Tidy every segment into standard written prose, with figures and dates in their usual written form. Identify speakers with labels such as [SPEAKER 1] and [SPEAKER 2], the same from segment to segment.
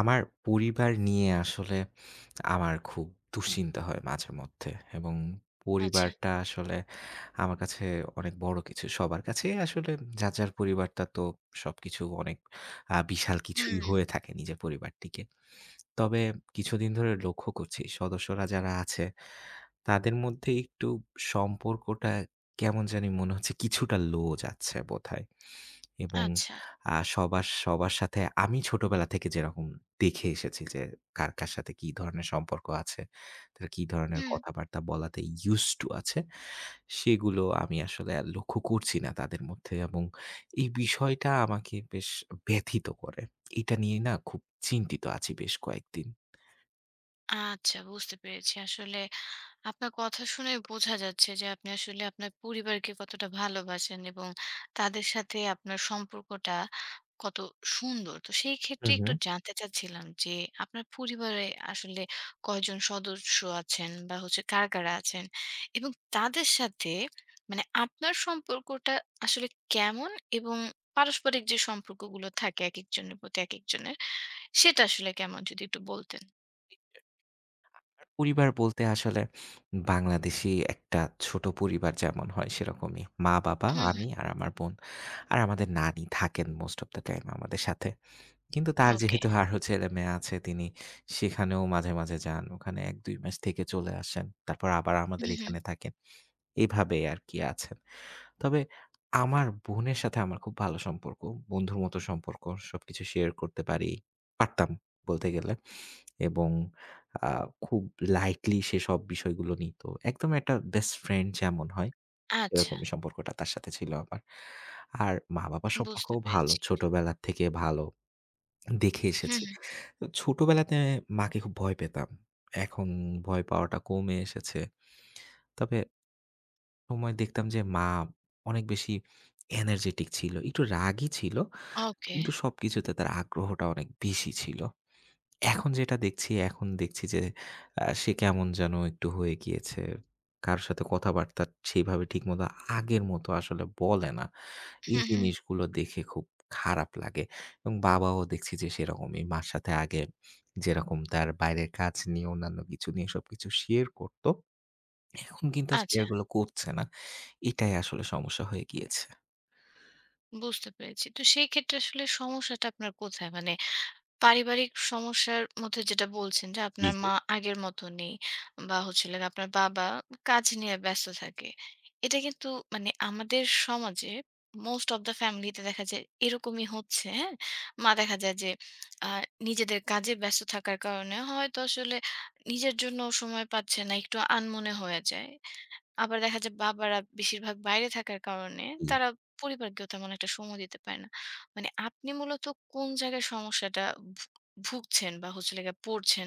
[SPEAKER 1] আমার পরিবার নিয়ে আসলে আমার খুব দুশ্চিন্তা হয় মাঝে মধ্যে এবং
[SPEAKER 2] আচ্ছা।
[SPEAKER 1] পরিবারটা আসলে আমার কাছে অনেক বড় কিছু। সবার কাছেই আসলে যার পরিবারটা তো সবকিছু অনেক বিশাল কিছুই
[SPEAKER 2] হুম,
[SPEAKER 1] হয়ে থাকে নিজের পরিবারটিকে। তবে কিছুদিন ধরে লক্ষ্য করছি সদস্যরা যারা আছে তাদের মধ্যে একটু সম্পর্কটা কেমন জানি মনে হচ্ছে কিছুটা লো যাচ্ছে বোধহয়। এবং
[SPEAKER 2] আচ্ছা।
[SPEAKER 1] সবার সাথে আমি ছোটবেলা থেকে যেরকম দেখে এসেছি যে কার সাথে কি ধরনের সম্পর্ক আছে, তারা কি ধরনের
[SPEAKER 2] হুম,
[SPEAKER 1] কথাবার্তা বলাতে used to আছে, সেগুলো আমি আসলে আর লক্ষ্য করছি না তাদের মধ্যে, এবং এই বিষয়টা আমাকে বেশ ব্যথিত করে। এটা নিয়ে না খুব চিন্তিত আছি বেশ কয়েকদিন।
[SPEAKER 2] আচ্ছা বুঝতে পেরেছি। আসলে আপনার কথা শুনে বোঝা যাচ্ছে যে আপনি আসলে আপনার পরিবারকে কতটা ভালোবাসেন এবং তাদের সাথে আপনার সম্পর্কটা কত সুন্দর। তো সেই ক্ষেত্রে
[SPEAKER 1] হুম, হুম।
[SPEAKER 2] একটু জানতে চাচ্ছিলাম যে আপনার পরিবারে আসলে কয়জন সদস্য আছেন বা হচ্ছে কারা, কারা আছেন? এবং তাদের সাথে মানে আপনার সম্পর্কটা আসলে কেমন এবং পারস্পরিক যে সম্পর্কগুলো থাকে একেকজনের প্রতি একেকজনের সেটা আসলে কেমন যদি একটু বলতেন?
[SPEAKER 1] আর পরিবার বলতে আসলে বাংলাদেশী একটা ছোট পরিবার যেমন হয় সেরকমই। মা-বাবা,
[SPEAKER 2] হুম, হুম।
[SPEAKER 1] আমি আর আমার বোন। আর আমাদের নানি থাকেন মোস্ট অফ দ্যা টাইম আমাদের সাথে। কিন্তু তার
[SPEAKER 2] ওকে।
[SPEAKER 1] যেহেতু আরো ছেলেমেয়ে আছে, তিনি সেখানেও মাঝে মাঝে যান। ওখানে ১-২ মাস থেকে চলে আসেন। তারপর আবার
[SPEAKER 2] হুম,
[SPEAKER 1] আমাদের
[SPEAKER 2] হুম।
[SPEAKER 1] এখানে থাকেন। এভাবে আরকি আছেন। তবে আমার বোনের সাথে আমার খুব ভালো সম্পর্ক। বন্ধুর মতো সম্পর্ক। সবকিছু শেয়ার করতে পারি। পারতাম বলতে গেলে। এবং আ খুব লাইটলি সে সব বিষয়গুলো নিত। একদম একটা বেস্ট ফ্রেন্ড যেমন হয়,
[SPEAKER 2] আচ্ছা,
[SPEAKER 1] এরকমই সম্পর্কটা তার সাথে ছিল আমার। আর মা-বাবার
[SPEAKER 2] বুঝতে
[SPEAKER 1] সম্পর্কও ভালো।
[SPEAKER 2] পেরেছি।
[SPEAKER 1] ছোটবেলা থেকে ভালো দেখে
[SPEAKER 2] হুম,
[SPEAKER 1] এসেছি।
[SPEAKER 2] হুম।
[SPEAKER 1] তো ছোটবেলাতে মাকে খুব ভয় পেতাম। এখন ভয় পাওয়াটা কমে এসেছে। তবে সময় দেখতাম যে মা অনেক বেশি এনার্জেটিক ছিল। একটু রাগী ছিল।
[SPEAKER 2] ওকে।
[SPEAKER 1] কিন্তু সবকিছুতে তার আগ্রহটা অনেক বেশি ছিল। এখন যেটা দেখছি, এখন দেখছি যে সে কেমন যেন একটু হয়ে গিয়েছে। কারো সাথে কথাবার্তা সেইভাবে ঠিকমতো আগের মতো আসলে বলে না। এই
[SPEAKER 2] হুম, হুম।
[SPEAKER 1] জিনিসগুলো দেখে খুব খারাপ লাগে। এবং বাবাও দেখছি যে সেরকমই। মার সাথে আগে যেরকম তার বাইরের কাজ নিয়ে অন্যান্য কিছু নিয়ে সবকিছু শেয়ার করত, এখন কিন্তু আর
[SPEAKER 2] আচ্ছা,
[SPEAKER 1] শেয়ারগুলো করছে না। এটাই আসলে সমস্যা হয়ে গিয়েছে।
[SPEAKER 2] বুঝতে পেরেছি। তো সেই ক্ষেত্রে আসলে সমস্যাটা আপনার কোথায়? মানে পারিবারিক সমস্যার মধ্যে যেটা বলছেন যে
[SPEAKER 1] জি,
[SPEAKER 2] আপনার
[SPEAKER 1] জি।
[SPEAKER 2] মা আগের মতো নেই বা হচ্ছে হলো গিয়ে আপনার বাবা কাজ নিয়ে ব্যস্ত থাকে। এটা কিন্তু মানে আমাদের সমাজে মোস্ট অফ দ্যা ফ্যামিলিতে দেখা যায় এরকমই হচ্ছে, হ্যাঁ? মা দেখা যায় যে আ নিজেদের কাজে ব্যস্ত থাকার কারণে হয়তো আসলে নিজের জন্য সময় পাচ্ছে না, একটু আনমনে হয়ে যায়। আবার দেখা যায় বাবারা বেশিরভাগ বাইরে থাকার কারণে
[SPEAKER 1] হুম।
[SPEAKER 2] তারা পরিবারকেও তেমন একটা সময় দিতে পারে না। মানে আপনি মূলত কোন জায়গায় সমস্যাটা ভু ভুগছেন বা হচ্ছে হলো গিয়ে পড়ছেন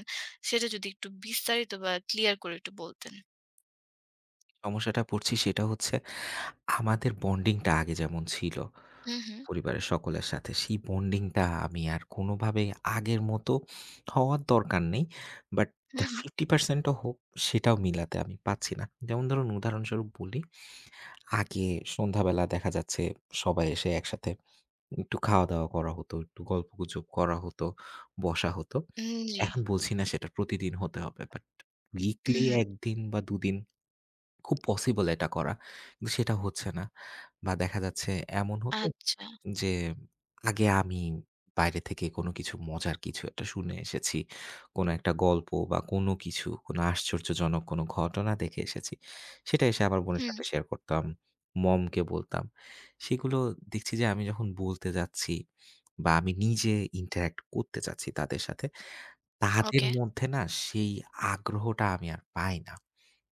[SPEAKER 2] সেটা যদি একটু বিস্তারিত বা ক্লিয়ার করে একটু বলতেন।
[SPEAKER 1] সমস্যাটা পড়ছি সেটা হচ্ছে আমাদের বন্ডিংটা আগে যেমন ছিল
[SPEAKER 2] হু, হু,
[SPEAKER 1] পরিবারের সকলের সাথে, সেই বন্ডিংটা আমি আর কোনোভাবেই আগের মতো হওয়ার দরকার নেই। বাট
[SPEAKER 2] হু,
[SPEAKER 1] দা
[SPEAKER 2] হু।
[SPEAKER 1] 50% ও হোক সেটাও মিলাতে আমি পারছি না। যেমন ধরুন উদাহরণস্বরূপ বলি, আগে সন্ধ্যাবেলা দেখা যাচ্ছে সবাই এসে একসাথে একটু খাওয়া-দাওয়া করা হতো, একটু গল্পগুজব করা হতো, বসা হতো।
[SPEAKER 2] উম জি।
[SPEAKER 1] এখন বলছি না সেটা প্রতিদিন হতে হবে। বাট
[SPEAKER 2] হু,
[SPEAKER 1] উইকলি
[SPEAKER 2] হু।
[SPEAKER 1] ১ দিন বা ২ দিন খুব পসিবল এটা করা। কিন্তু সেটা হচ্ছে না। বা দেখা যাচ্ছে এমন হতো
[SPEAKER 2] আচ্ছা।
[SPEAKER 1] যে আগে আমি বাইরে থেকে কোনো কিছু মজার কিছু একটা শুনে এসেছি। কোনো একটা গল্প বা কোনো কিছু, কোনো আশ্চর্যজনক কোনো ঘটনা দেখে এসেছি। সেটা এসে আমার বোনের
[SPEAKER 2] হুম।
[SPEAKER 1] সাথে শেয়ার করতাম। মমকে বলতাম। সেগুলো দেখছি যে আমি যখন বলতে যাচ্ছি বা আমি নিজে interact করতে চাচ্ছি তাদের সাথে, তাদের
[SPEAKER 2] ওকে।
[SPEAKER 1] মধ্যে না সেই আগ্রহটা আমি আর পাই না।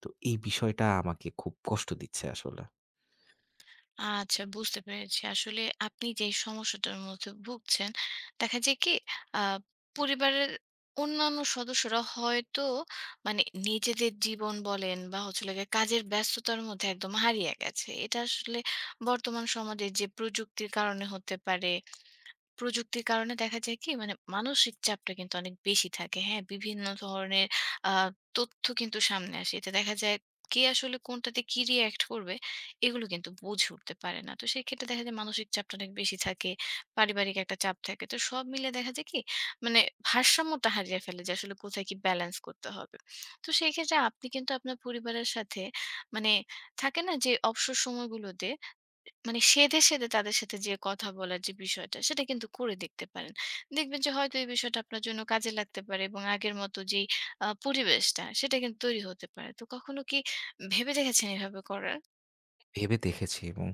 [SPEAKER 1] তো এই বিষয়টা আমাকে খুব কষ্ট দিচ্ছে আসলে।
[SPEAKER 2] আচ্ছা বুঝতে পেরেছি। আসলে আপনি যেই সমস্যাটার মধ্যে ভুগছেন, দেখা যায় কি আ পরিবারের অন্যান্য সদস্যরা হয়তো মানে নিজেদের জীবন বলেন বা হচ্ছে হলো গিয়ে কাজের ব্যস্ততার মধ্যে একদম হারিয়ে গেছে। এটা আসলে বর্তমান সমাজে যে প্রযুক্তির কারণে হতে পারে প্রযুক্তির কারণে দেখা যায় কি মানে মানসিক চাপটা কিন্তু অনেক বেশি থাকে। হ্যাঁ? বিভিন্ন ধরনের আ তথ্য কিন্তু সামনে আসে। এতে দেখা যায় কে আসলে কোনটাতে কি রিঅ্যাক্ট করবে এগুলো কিন্তু বুঝে উঠতে পারে না। তো সেক্ষেত্রে দেখা যায় মানসিক চাপটা অনেক বেশি থাকে। পারিবারিক একটা চাপ থাকে। তো সব মিলে দেখা যায় কি মানে ভারসাম্যটা হারিয়ে ফেলে যে আসলে কোথায় কি ব্যালেন্স করতে হবে। তো সেই ক্ষেত্রে আপনি কিন্তু আপনার পরিবারের সাথে মানে থাকে না যে অবসর সময়গুলোতে মানে সেধে, সেধে তাদের সাথে যেয়ে কথা বলার যে বিষয়টা, সেটা কিন্তু করে দেখতে পারেন। দেখবেন যে হয়তো এই বিষয়টা আপনার জন্য কাজে লাগতে পারে এবং আগের মতো যেই পরিবেশটা, সেটা কিন্তু তৈরি হতে পারে। তো কখনো কি ভেবে দেখেছেন এভাবে করার?
[SPEAKER 1] ভেবে দেখেছি এবং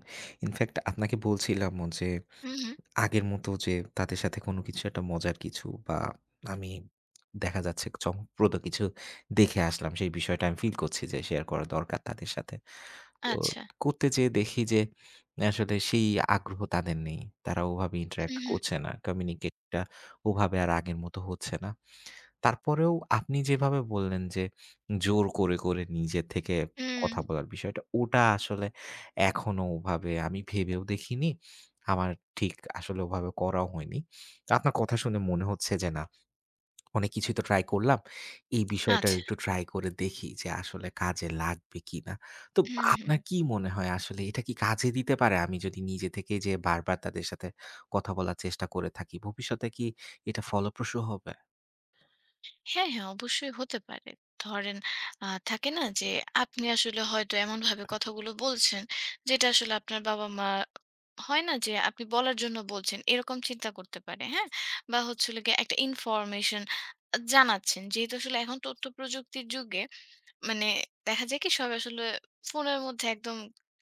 [SPEAKER 1] ইনফ্যাক্ট আপনাকে বলছিলামও যে
[SPEAKER 2] হুম, হুম।
[SPEAKER 1] আগের মতো যে তাদের সাথে কোনো কিছু একটা মজার কিছু বা আমি দেখা যাচ্ছে চমকপ্রদ কিছু দেখে আসলাম, সেই বিষয়টা আমি ফিল করছি যে শেয়ার করা দরকার তাদের সাথে। তো
[SPEAKER 2] আচ্ছা।
[SPEAKER 1] করতে যেয়ে দেখি যে আসলে সেই আগ্রহ তাদের নেই। তারা ওভাবে ইন্টারেক্ট
[SPEAKER 2] হুম, হুম।
[SPEAKER 1] করছে না। কমিউনিকেট টা ওভাবে আর আগের মতো হচ্ছে না। তারপরেও আপনি যেভাবে বললেন যে জোর করে নিজে থেকে
[SPEAKER 2] হুম।
[SPEAKER 1] কথা বলার বিষয়টা, ওটা আসলে এখনো ওভাবে আমি ভেবেও দেখিনি। আমার ঠিক আসলে ওভাবে করাও হয়নি। তা আপনার কথা শুনে মনে হচ্ছে যে না, অনেক কিছুই তো ট্রাই করলাম। এই বিষয়টা
[SPEAKER 2] আচ্ছা।
[SPEAKER 1] একটু ট্রাই করে দেখি যে আসলে কাজে লাগবে কিনা। তো
[SPEAKER 2] হুম, হুম।
[SPEAKER 1] আপনার কি মনে হয় আসলে এটা কি কাজে দিতে পারে? আমি যদি নিজে থেকে যেয়ে বারবার তাদের সাথে কথা বলার চেষ্টা করে থাকি, ভবিষ্যতে কি এটা ফলপ্রসূ হবে?
[SPEAKER 2] হ্যাঁ, হ্যাঁ, অবশ্যই হতে পারে। ধরেন থাকে না যে আপনি আসলে হয়তো এমনভাবে কথাগুলো বলছেন, যেটা আসলে আপনার বাবা-মা হয় না যে আপনি বলার জন্য বলছেন, এরকম চিন্তা করতে পারে, হ্যাঁ? বা হচ্ছে হলো গিয়ে একটা ইনফরমেশন জানাচ্ছেন। যেহেতু আসলে এখন তথ্য প্রযুক্তির যুগে মানে দেখা যায় কি সবাই আসলে ফোনের মধ্যে একদম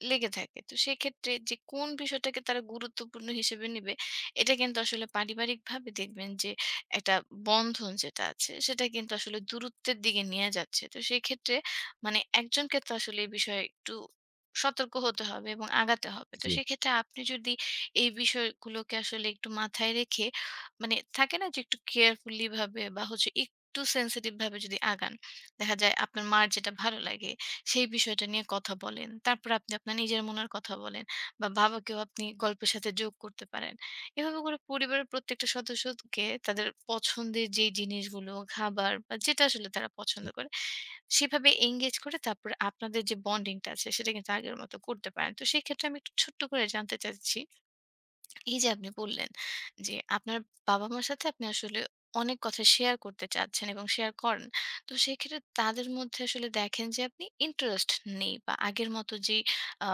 [SPEAKER 2] লেগে থাকে। তো সেক্ষেত্রে যে কোন বিষয়টাকে তারা গুরুত্বপূর্ণ হিসেবে নিবে, এটা কিন্তু আসলে পারিবারিকভাবে দেখবেন যে একটা বন্ধন যেটা আছে, সেটা কিন্তু আসলে দূরত্বের দিকে নিয়ে যাচ্ছে। তো সেক্ষেত্রে মানে একজনকে তো আসলে এই বিষয়ে একটু সতর্ক হতে হবে এবং আগাতে হবে। তো
[SPEAKER 1] জি,
[SPEAKER 2] সেক্ষেত্রে আপনি যদি এই বিষয়গুলোকে আসলে একটু মাথায় রেখে মানে থাকে না যে একটু কেয়ারফুলি ভাবে বা হচ্ছে একটু সেনসিটিভ ভাবে যদি আগান। দেখা যায় আপনার মার যেটা ভালো লাগে সেই বিষয়টা নিয়ে কথা বলেন। তারপর আপনি আপনার নিজের মনের কথা বলেন বা বাবাকেও আপনি গল্পের সাথে যোগ করতে পারেন। এভাবে করে পরিবারের প্রত্যেকটা সদস্যকে তাদের পছন্দের যে জিনিসগুলো, খাবার বা যেটা আসলে তারা পছন্দ
[SPEAKER 1] জি।
[SPEAKER 2] করে সেভাবে engage করে তারপরে আপনাদের যে বন্ডিংটা আছে সেটা কিন্তু আগের মতো করতে পারেন। তো সেক্ষেত্রে আমি একটু ছোট্ট করে জানতে চাচ্ছি এই যে আপনি বললেন যে আপনার বাবা-মার সাথে আপনি আসলে অনেক কথা শেয়ার করতে চাচ্ছেন এবং শেয়ার করেন। তো সেক্ষেত্রে তাদের মধ্যে আসলে দেখেন যে আপনি ইন্টারেস্ট নেই বা আগের মতো যেই আ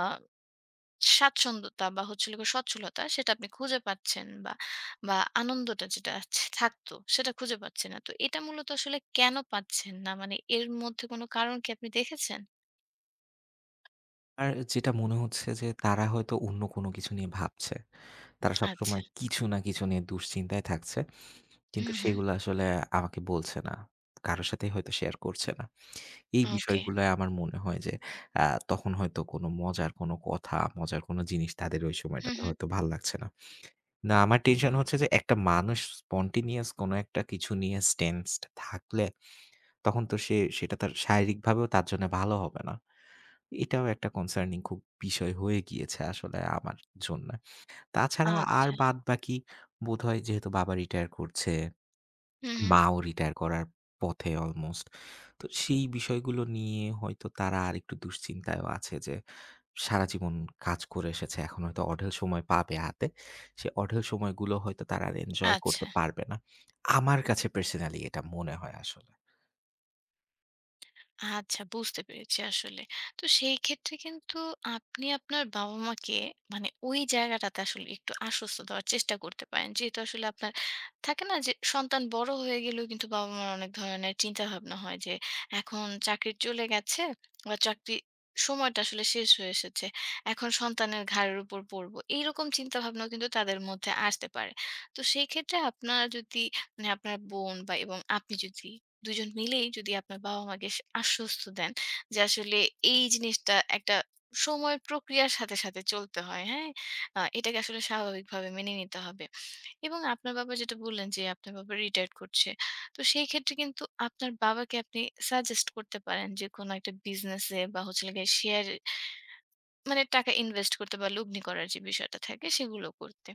[SPEAKER 2] স্বাচ্ছন্দ্যতা বা হচ্ছে হলো গিয়ে সচ্ছলতা সেটা আপনি খুঁজে পাচ্ছেন বা, বা আনন্দটা যেটা আছে থাকতো সেটা খুঁজে পাচ্ছেন না। তো এটা মূলত আসলে কেন পাচ্ছেন না? মানে এর মধ্যে কোনো কারণ কি আপনি দেখেছেন?
[SPEAKER 1] আর যেটা মনে হচ্ছে যে তারা হয়তো অন্য কোনো কিছু নিয়ে ভাবছে। তারা
[SPEAKER 2] আচ্ছা।
[SPEAKER 1] সবসময় কিছু না কিছু নিয়ে দুশ্চিন্তায় থাকছে। কিন্তু
[SPEAKER 2] হুম, হুম।
[SPEAKER 1] সেগুলো আসলে আমাকে বলছে না। কারো সাথেই হয়তো শেয়ার করছে না। এই
[SPEAKER 2] ওকে।
[SPEAKER 1] বিষয়গুলায় আমার মনে হয় যে আ তখন হয়তো কোনো মজার কোনো কথা, মজার কোনো জিনিস তাদের ওই
[SPEAKER 2] হুম,
[SPEAKER 1] সময়টাতে
[SPEAKER 2] হুম।
[SPEAKER 1] হয়তো ভাল লাগছে না। না আমার টেনশন হচ্ছে যে একটা মানুষ spontaneous কোনো একটা কিছু নিয়ে tensed থাকলে তখন তো সে সেটা তার শারীরিকভাবেও তার জন্য ভালো হবে না। এটাও একটা কনসার্নিং খুব বিষয় হয়ে গিয়েছে আসলে আমার জন্য। তাছাড়া আর
[SPEAKER 2] আচ্ছা।
[SPEAKER 1] বাদবাকি বোধহয় যেহেতু বাবা রিটায়ার করছে,
[SPEAKER 2] হুম, হুম।
[SPEAKER 1] মাও রিটায়ার করার পথে অলমোস্ট। তো সেই বিষয়গুলো নিয়ে হয়তো তারা আরেকটু দুশ্চিন্তায়ও আছে যে সারা জীবন কাজ করে এসেছে। এখন হয়তো অঢেল সময় পাবে হাতে। সে অঢেল সময়গুলো হয়তো তারা আর এনজয় করতে
[SPEAKER 2] আচ্ছা।
[SPEAKER 1] পারবে না। আমার কাছে পার্সোনালি এটা মনে হয় আসলে।
[SPEAKER 2] আচ্ছা বুঝতে পেরেছি আসলে। তো সেই ক্ষেত্রে কিন্তু আপনি আপনার বাবা-মাকে মানে ওই জায়গাটাতে আসলে একটু আশ্বস্ত দেওয়ার চেষ্টা করতে পারেন। যেহেতু আসলে আপনার থাকে না যে সন্তান বড় হয়ে গেলেও কিন্তু বাবা-মার অনেক ধরনের চিন্তাভাবনা হয় যে এখন চাকরি চলে গেছে বা চাকরি সময়টা আসলে শেষ হয়ে এসেছে। এখন সন্তানের ঘাড়ের উপর পড়বো। এইরকম চিন্তাভাবনাও কিন্তু তাদের মধ্যে আসতে পারে। তো সেই ক্ষেত্রে আপনারা যদি মানে আপনার বোন বা এবং আপনি যদি দুজন মিলেই যদি আপনার বাবা-মাকে আশ্বস্ত দেন যে আসলে এই জিনিসটা একটা সময় প্রক্রিয়ার সাথে, সাথে চলতে হয়, হ্যাঁ? এটাকে আসলে স্বাভাবিকভাবে মেনে নিতে হবে। এবং আপনার বাবা যেটা বললেন যে আপনার বাবা রিটায়ার্ড করছে। তো সেই ক্ষেত্রে কিন্তু আপনার বাবাকে আপনি সাজেস্ট করতে পারেন যে কোনো একটা বিজনেসে বা হচ্ছে হলো গিয়ে শেয়ার মানে টাকা ইনভেস্ট করতে বা লগ্নি করার যে বিষয়টা থাকে সেগুলো করতে।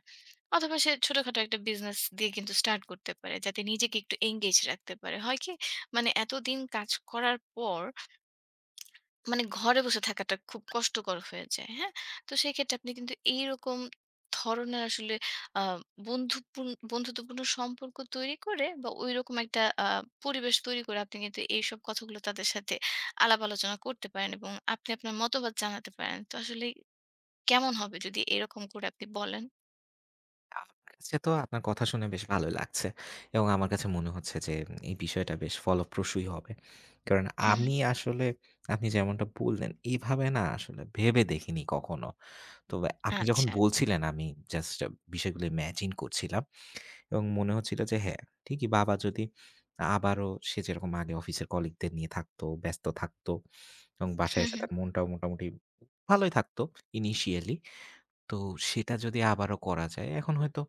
[SPEAKER 2] অথবা সে ছোটখাটো একটা বিজনেস দিয়ে কিন্তু স্টার্ট করতে পারে। যাতে নিজেকে একটু এনগেজ রাখতে পারে। হয় কি? মানে এতদিন কাজ করার পর মানে ঘরে বসে থাকাটা খুব কষ্টকর হয়ে যায়। হ্যাঁ? তো সেক্ষেত্রে আপনি কিন্তু এইরকম ধরনের আসলে আ বন্ধুত্বপূর্ণ সম্পর্ক তৈরি করে বা ঐরকম একটা পরিবেশ তৈরি করে আপনি কিন্তু এইসব কথাগুলো তাদের সাথে আলাপ আলোচনা করতে পারেন এবং আপনি আপনার মতবাদ জানাতে পারেন। তো আসলে কেমন হবে যদি এরকম করে আপনি বলেন?
[SPEAKER 1] আমার কাছে তো আপনার কথা শুনে বেশ ভালোই লাগছে এবং আমার কাছে মনে হচ্ছে যে এই বিষয়টা বেশ ফলপ্রসূই হবে। কারণ
[SPEAKER 2] হুম, হুম।
[SPEAKER 1] আমি আসলে আপনি যেমনটা বললেন এভাবে না আসলে ভেবে দেখিনি কখনো। তবে আপনি যখন
[SPEAKER 2] আচ্ছা।
[SPEAKER 1] বলছিলেন আমি জাস্ট বিষয়গুলো ইমাজিন করছিলাম এবং মনে হচ্ছিল যে হ্যাঁ, ঠিকই বাবা যদি আবারও সে যেরকম আগে অফিসের কলিগদের নিয়ে থাকতো, ব্যস্ত থাকতো এবং বাসায়
[SPEAKER 2] হুম,
[SPEAKER 1] এসে
[SPEAKER 2] হুম।
[SPEAKER 1] তার মনটাও মোটামুটি ভালোই থাকতো ইনিশিয়ালি। তো সেটা যদি আবারও করা যায়, এখন হয়তো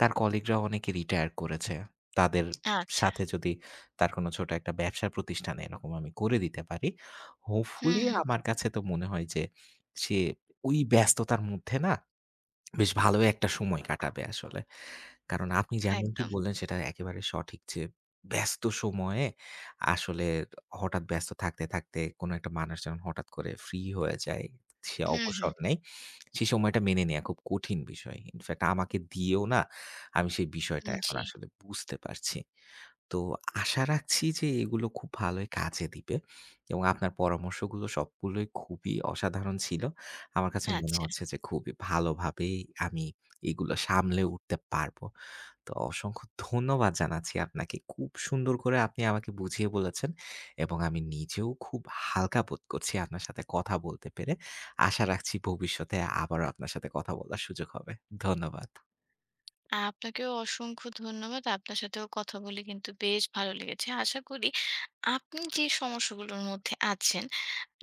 [SPEAKER 1] তার কলিগরা অনেকে রিটায়ার করেছে। তাদের
[SPEAKER 2] আচ্ছা।
[SPEAKER 1] সাথে যদি তার কোনো ছোট একটা ব্যবসা প্রতিষ্ঠান এরকম আমি করে দিতে পারি।
[SPEAKER 2] হুম,
[SPEAKER 1] হোপফুলি
[SPEAKER 2] হুম।
[SPEAKER 1] আমার কাছে তো মনে হয় যে সে ওই ব্যস্ততার মধ্যে না বেশ ভালোই একটা সময় কাটাবে আসলে। কারণ আপনি যেমনটি
[SPEAKER 2] একদম।
[SPEAKER 1] বললেন সেটা একেবারে সঠিক যে ব্যস্ত সময়ে আসলে হঠাৎ ব্যস্ত থাকতে থাকতে কোনো একটা মানুষ যখন হঠাৎ করে ফ্রি হয়ে যায়, সে
[SPEAKER 2] হুম, হুম।
[SPEAKER 1] অবসর নেয়, সেই সময়টা মেনে নেয়া খুব কঠিন বিষয়। ইনফেক্ট আমাকে দিয়েও না আমি সেই বিষয়টা
[SPEAKER 2] উম
[SPEAKER 1] এখন
[SPEAKER 2] জি।
[SPEAKER 1] আসলে বুঝতে পারছি। তো আশা রাখছি যে এগুলো খুব ভালোই কাজে দিবে এবং আপনার পরামর্শগুলো সবগুলোই খুবই অসাধারণ ছিল। আমার কাছে মনে
[SPEAKER 2] আচ্ছা।
[SPEAKER 1] হচ্ছে যে খুবই ভালোভাবেই আমি এগুলো সামলে উঠতে পারবো। তো অসংখ্য ধন্যবাদ জানাচ্ছি আপনাকে। খুব সুন্দর করে আপনি আমাকে বুঝিয়ে বলেছেন এবং আমি নিজেও খুব হালকা বোধ করছি আপনার সাথে কথা বলতে পেরে। আশা রাখছি ভবিষ্যতে আবারও আপনার সাথে কথা বলার সুযোগ হবে। ধন্যবাদ।
[SPEAKER 2] আপনাকেও অসংখ্য ধন্যবাদ। আপনার সাথেও কথা বলে কিন্তু বেশ ভালো লেগেছে। আশা করি আপনি যে সমস্যাগুলোর মধ্যে আছেন,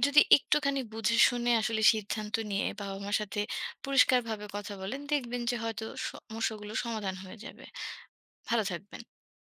[SPEAKER 2] যদি একটুখানি বুঝে শুনে আসলে সিদ্ধান্ত নিয়ে বাবা-মার সাথে পরিষ্কারভাবে কথা বলেন, দেখবেন যে হয়তো সমস্যাগুলো সমাধান হয়ে যাবে। ভালো থাকবেন।